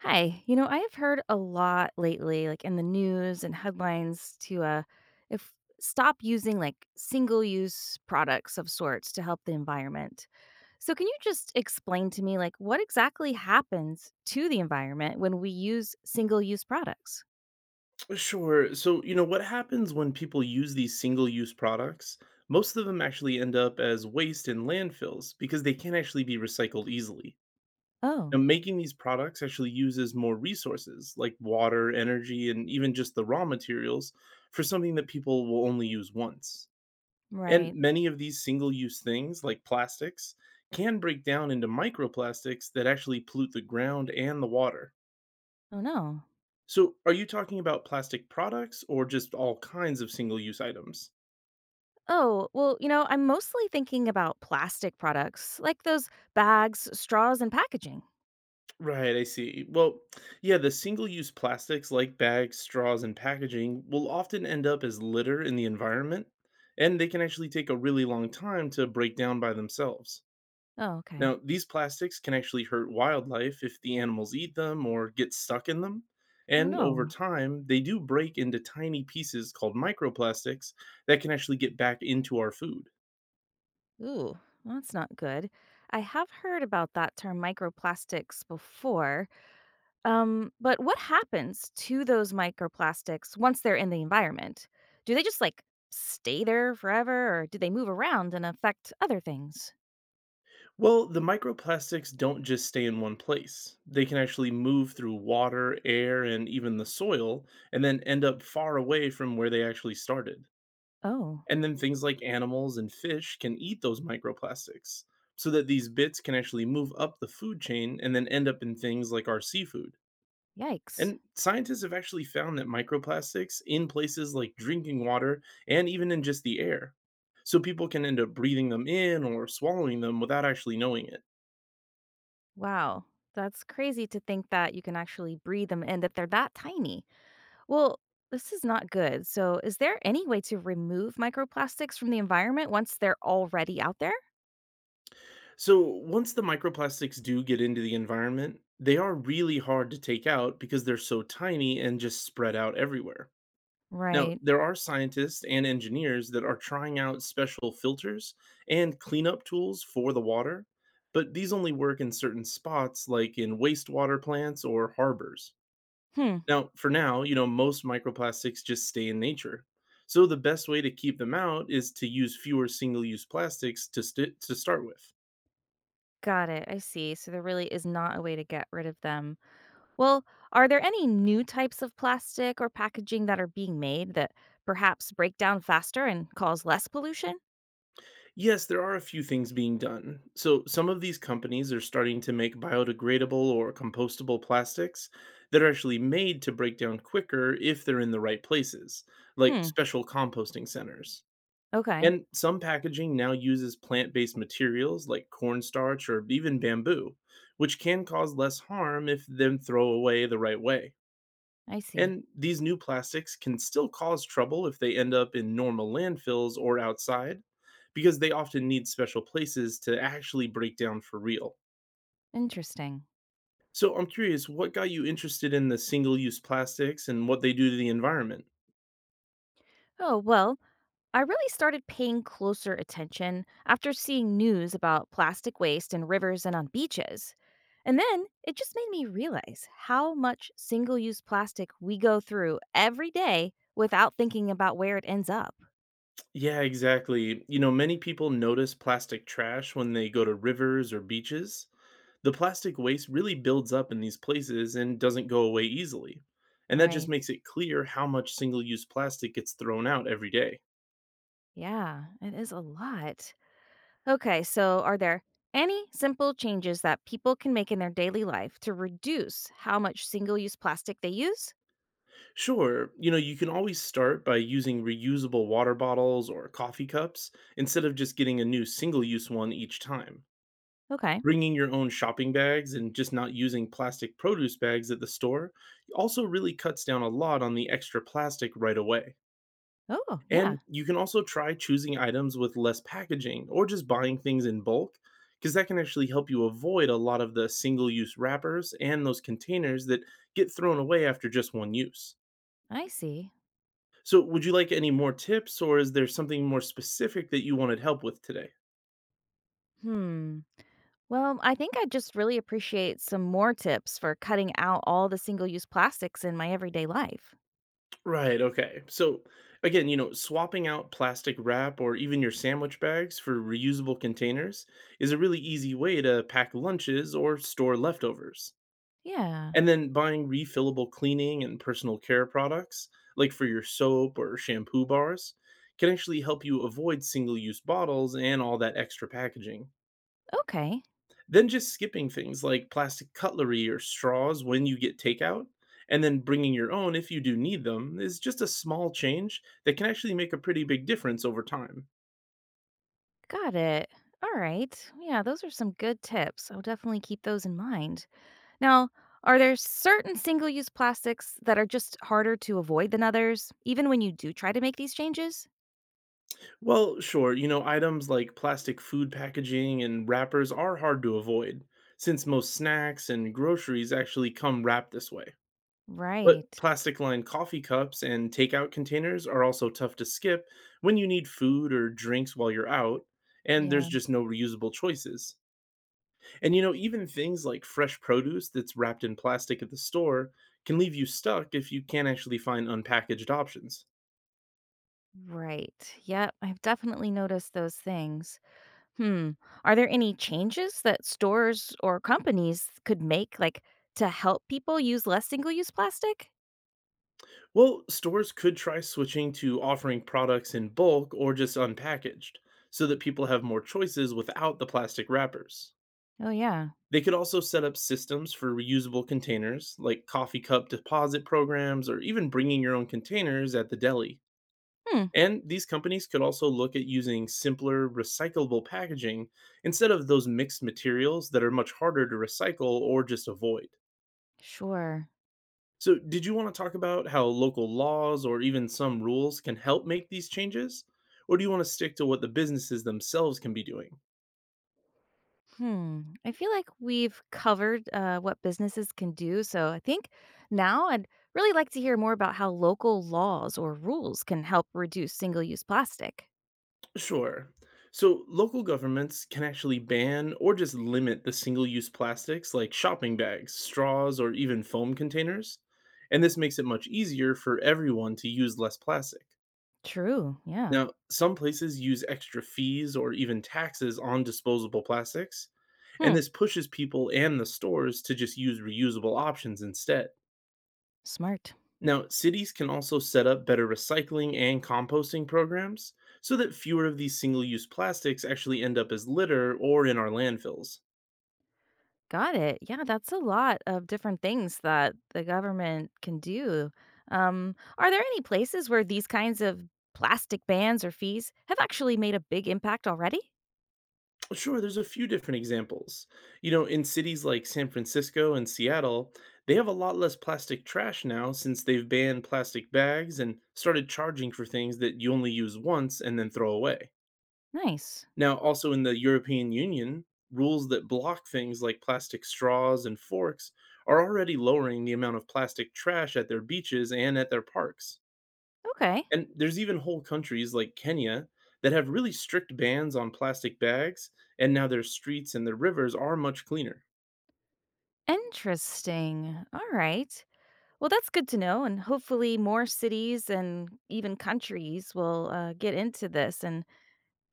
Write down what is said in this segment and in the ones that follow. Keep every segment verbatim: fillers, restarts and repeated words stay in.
Hi. You know, I have heard a lot lately, like in the news and headlines, to uh, if stop using like single-use products of sorts to help the environment. So, can you just explain to me, like, what exactly happens to the environment when we use single-use products? Sure. So, you know, what happens when people use these single use products? Most of them actually end up as waste in landfills because they can't actually be recycled easily. Now, Oh, making these products actually uses more resources like water, energy, and even just the raw materials for something that people will only use once. And right. many of these single use things, like plastics, can break down into microplastics that actually pollute the ground and the water. Oh no. So, are you talking about plastic products or just all kinds of single use items? Oh, well, you know, I'm mostly thinking about plastic products, like those bags, straws, and packaging. Right, I see. Well, yeah, the single use plastics like bags, straws, and packaging will often end up as litter in the environment, and they can actually take a really long time to break down by themselves. Oh, okay. Now, these plastics can actually hurt wildlife if the animals eat them or get stuck in them. Oh And over no. time, they do break into tiny pieces called microplastics that can actually get back into our food. Ooh, well, that's not good. I have heard about that term microplastics before. Um, but what happens to those microplastics once they're in the environment? Do they just like stay there forever or do they move around and affect other things? Well, the microplastics don't just stay in one place. They can actually move through water, air, and even the soil, and then end up far away from where they actually started. Oh, And then things like animals and fish can eat those microplastics, so that these bits can actually move up the food chain and then end up in things like our seafood. yikes. And scientists have actually found that microplastics in places like drinking water and even in just the air. So people can end up breathing them in or swallowing them without actually knowing it. Wow. That's crazy to think that you can actually breathe them in, that they're that tiny. Well, this is not good. So, is there any way to remove microplastics from the environment once they're already out there? So once the microplastics do get into the environment, they are really hard to take out because they're so tiny and just spread out everywhere. Now, Right. there are scientists and engineers that are trying out special filters and cleanup tools for the water, but these only work in certain spots like in wastewater plants or harbors. Hmm. Now, for now, you know, most microplastics just stay in nature. So the best way to keep them out is to use fewer single-use plastics to st- to start with. Got it, I see, so there really is not a way to get rid of them. Well, are there any new types of plastic or packaging that are being made that perhaps break down faster and cause less pollution? Yes, there are a few things being done. So, some of these companies are starting to make biodegradable or compostable plastics that are actually made to break down quicker if they're in the right places, like Hmm, special composting centers. okay, And some packaging now uses plant based materials like cornstarch or even bamboo, which can cause less harm if then throw away the right way. I see. And these new plastics can still cause trouble if they end up in normal landfills or outside, because they often need special places to actually break down for real. Interesting. So I'm curious, what got you interested in the single use plastics and what they do to the environment? Oh, well, I really started paying closer attention after seeing news about plastic waste in rivers and on beaches. And then it just made me realize how much single use plastic we go through every day without thinking about where it ends up. Yeah, exactly. You know, many people notice plastic trash when they go to rivers or beaches. The plastic waste really builds up in these places and doesn't go away easily. And that just Right. makes it clear how much single use plastic gets thrown out every day. Yeah, it is a lot. Okay, so are there any simple changes that people can make in their daily life to reduce how much single use plastic they use? Sure. You know, you can always start by using reusable water bottles or coffee cups instead of just getting a new single use one each time. Okay. Bringing your own shopping bags and just not using plastic produce bags at the store also really cuts down a lot on the extra plastic right away. Oh, And yeah, you can also try choosing items with less packaging or just buying things in bulk, because that can actually help you avoid a lot of the single use wrappers and those containers that get thrown away after just one use. I see. So, would you like any more tips, or is there something more specific that you wanted help with today? Hmm. Well, I think I'd just really appreciate some more tips for cutting out all the single use plastics in my everyday life. Right, okay. So, again, you know, swapping out plastic wrap or even your sandwich bags for reusable containers is a really easy way to pack lunches or store leftovers. Yeah. And then buying refillable cleaning and personal care products, like for your soap or shampoo bars, can actually help you avoid single use bottles and all that extra packaging. Okay. Then just skipping things like plastic cutlery or straws when you get takeout, and then bringing your own if you do need them, is just a small change that can actually make a pretty big difference over time. Got it. All right. Yeah, those are some good tips. I'll definitely keep those in mind. Now, are there certain single use plastics that are just harder to avoid than others, even when you do try to make these changes? Well, sure, you know, items like plastic food packaging and wrappers are hard to avoid, since most snacks and groceries actually come wrapped this way. But Right. plastic lined coffee cups and takeout containers are also tough to skip when you need food or drinks while you're out, and there's Yeah. just no reusable choices. And you know, even things like fresh produce that's wrapped in plastic at the store can leave you stuck if you can't actually find unpackaged options. Right. Yeah, I've definitely noticed those things. Hmm. Are there any changes that stores or companies could make, like to help people use less single use plastic? Well, stores could try switching to offering products in bulk or just unpackaged so that people have more choices without the plastic wrappers. Oh, yeah. They could also set up systems for reusable containers, like coffee cup deposit programs, or even bringing your own containers at the deli. Hmm. And these companies could also look at using simpler, recyclable packaging instead of those mixed materials that are much harder to recycle or just avoid. Sure. So, did you want to talk about how local laws or even some rules can help make these changes? Or do you want to stick to what the businesses themselves can be doing? Hmm. I feel like we've covered uh, what businesses can do. So I think now I'd really like to hear more about how local laws or rules can help reduce single use plastic. Sure. So, local governments can actually ban or just limit the single use plastics like shopping bags, straws, or even foam containers. And this makes it much easier for everyone to use less plastic. True. Yeah. Now, some places use extra fees or even taxes on disposable plastics, and Hmm. this pushes people and the stores to just use reusable options instead. Smart. Now, cities can also set up better recycling and composting programs so that fewer of these single use plastics actually end up as litter or in our landfills. Got it. Yeah, that's a lot of different things that the government can do. Um, are there any places where these kinds of plastic bans or fees have actually made a big impact already? Sure, there's a few different examples. You know, in cities like San Francisco and Seattle, they have a lot less plastic trash now since they've banned plastic bags and started charging for things that you only use once and then throw away. Nice. Now, also in the European Union, rules that block things like plastic straws and forks are already lowering the amount of plastic trash at their beaches and at their parks. Okay. And there's even whole countries like Kenya that have really strict bans on plastic bags, and now their streets and their rivers are much cleaner. Interesting. All right. Well, that's good to know. And hopefully, more cities and even countries will uh, get into this and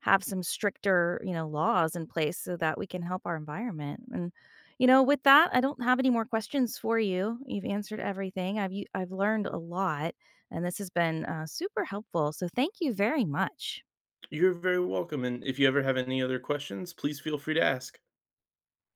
have some stricter, you know, laws in place so that we can help our environment. And, you know, with that, I don't have any more questions for you. You've answered everything. I've, u- I've learned a lot, and this has been uh, super helpful. So, thank you very much. You're very welcome, and if you ever have any other questions, please feel free to ask.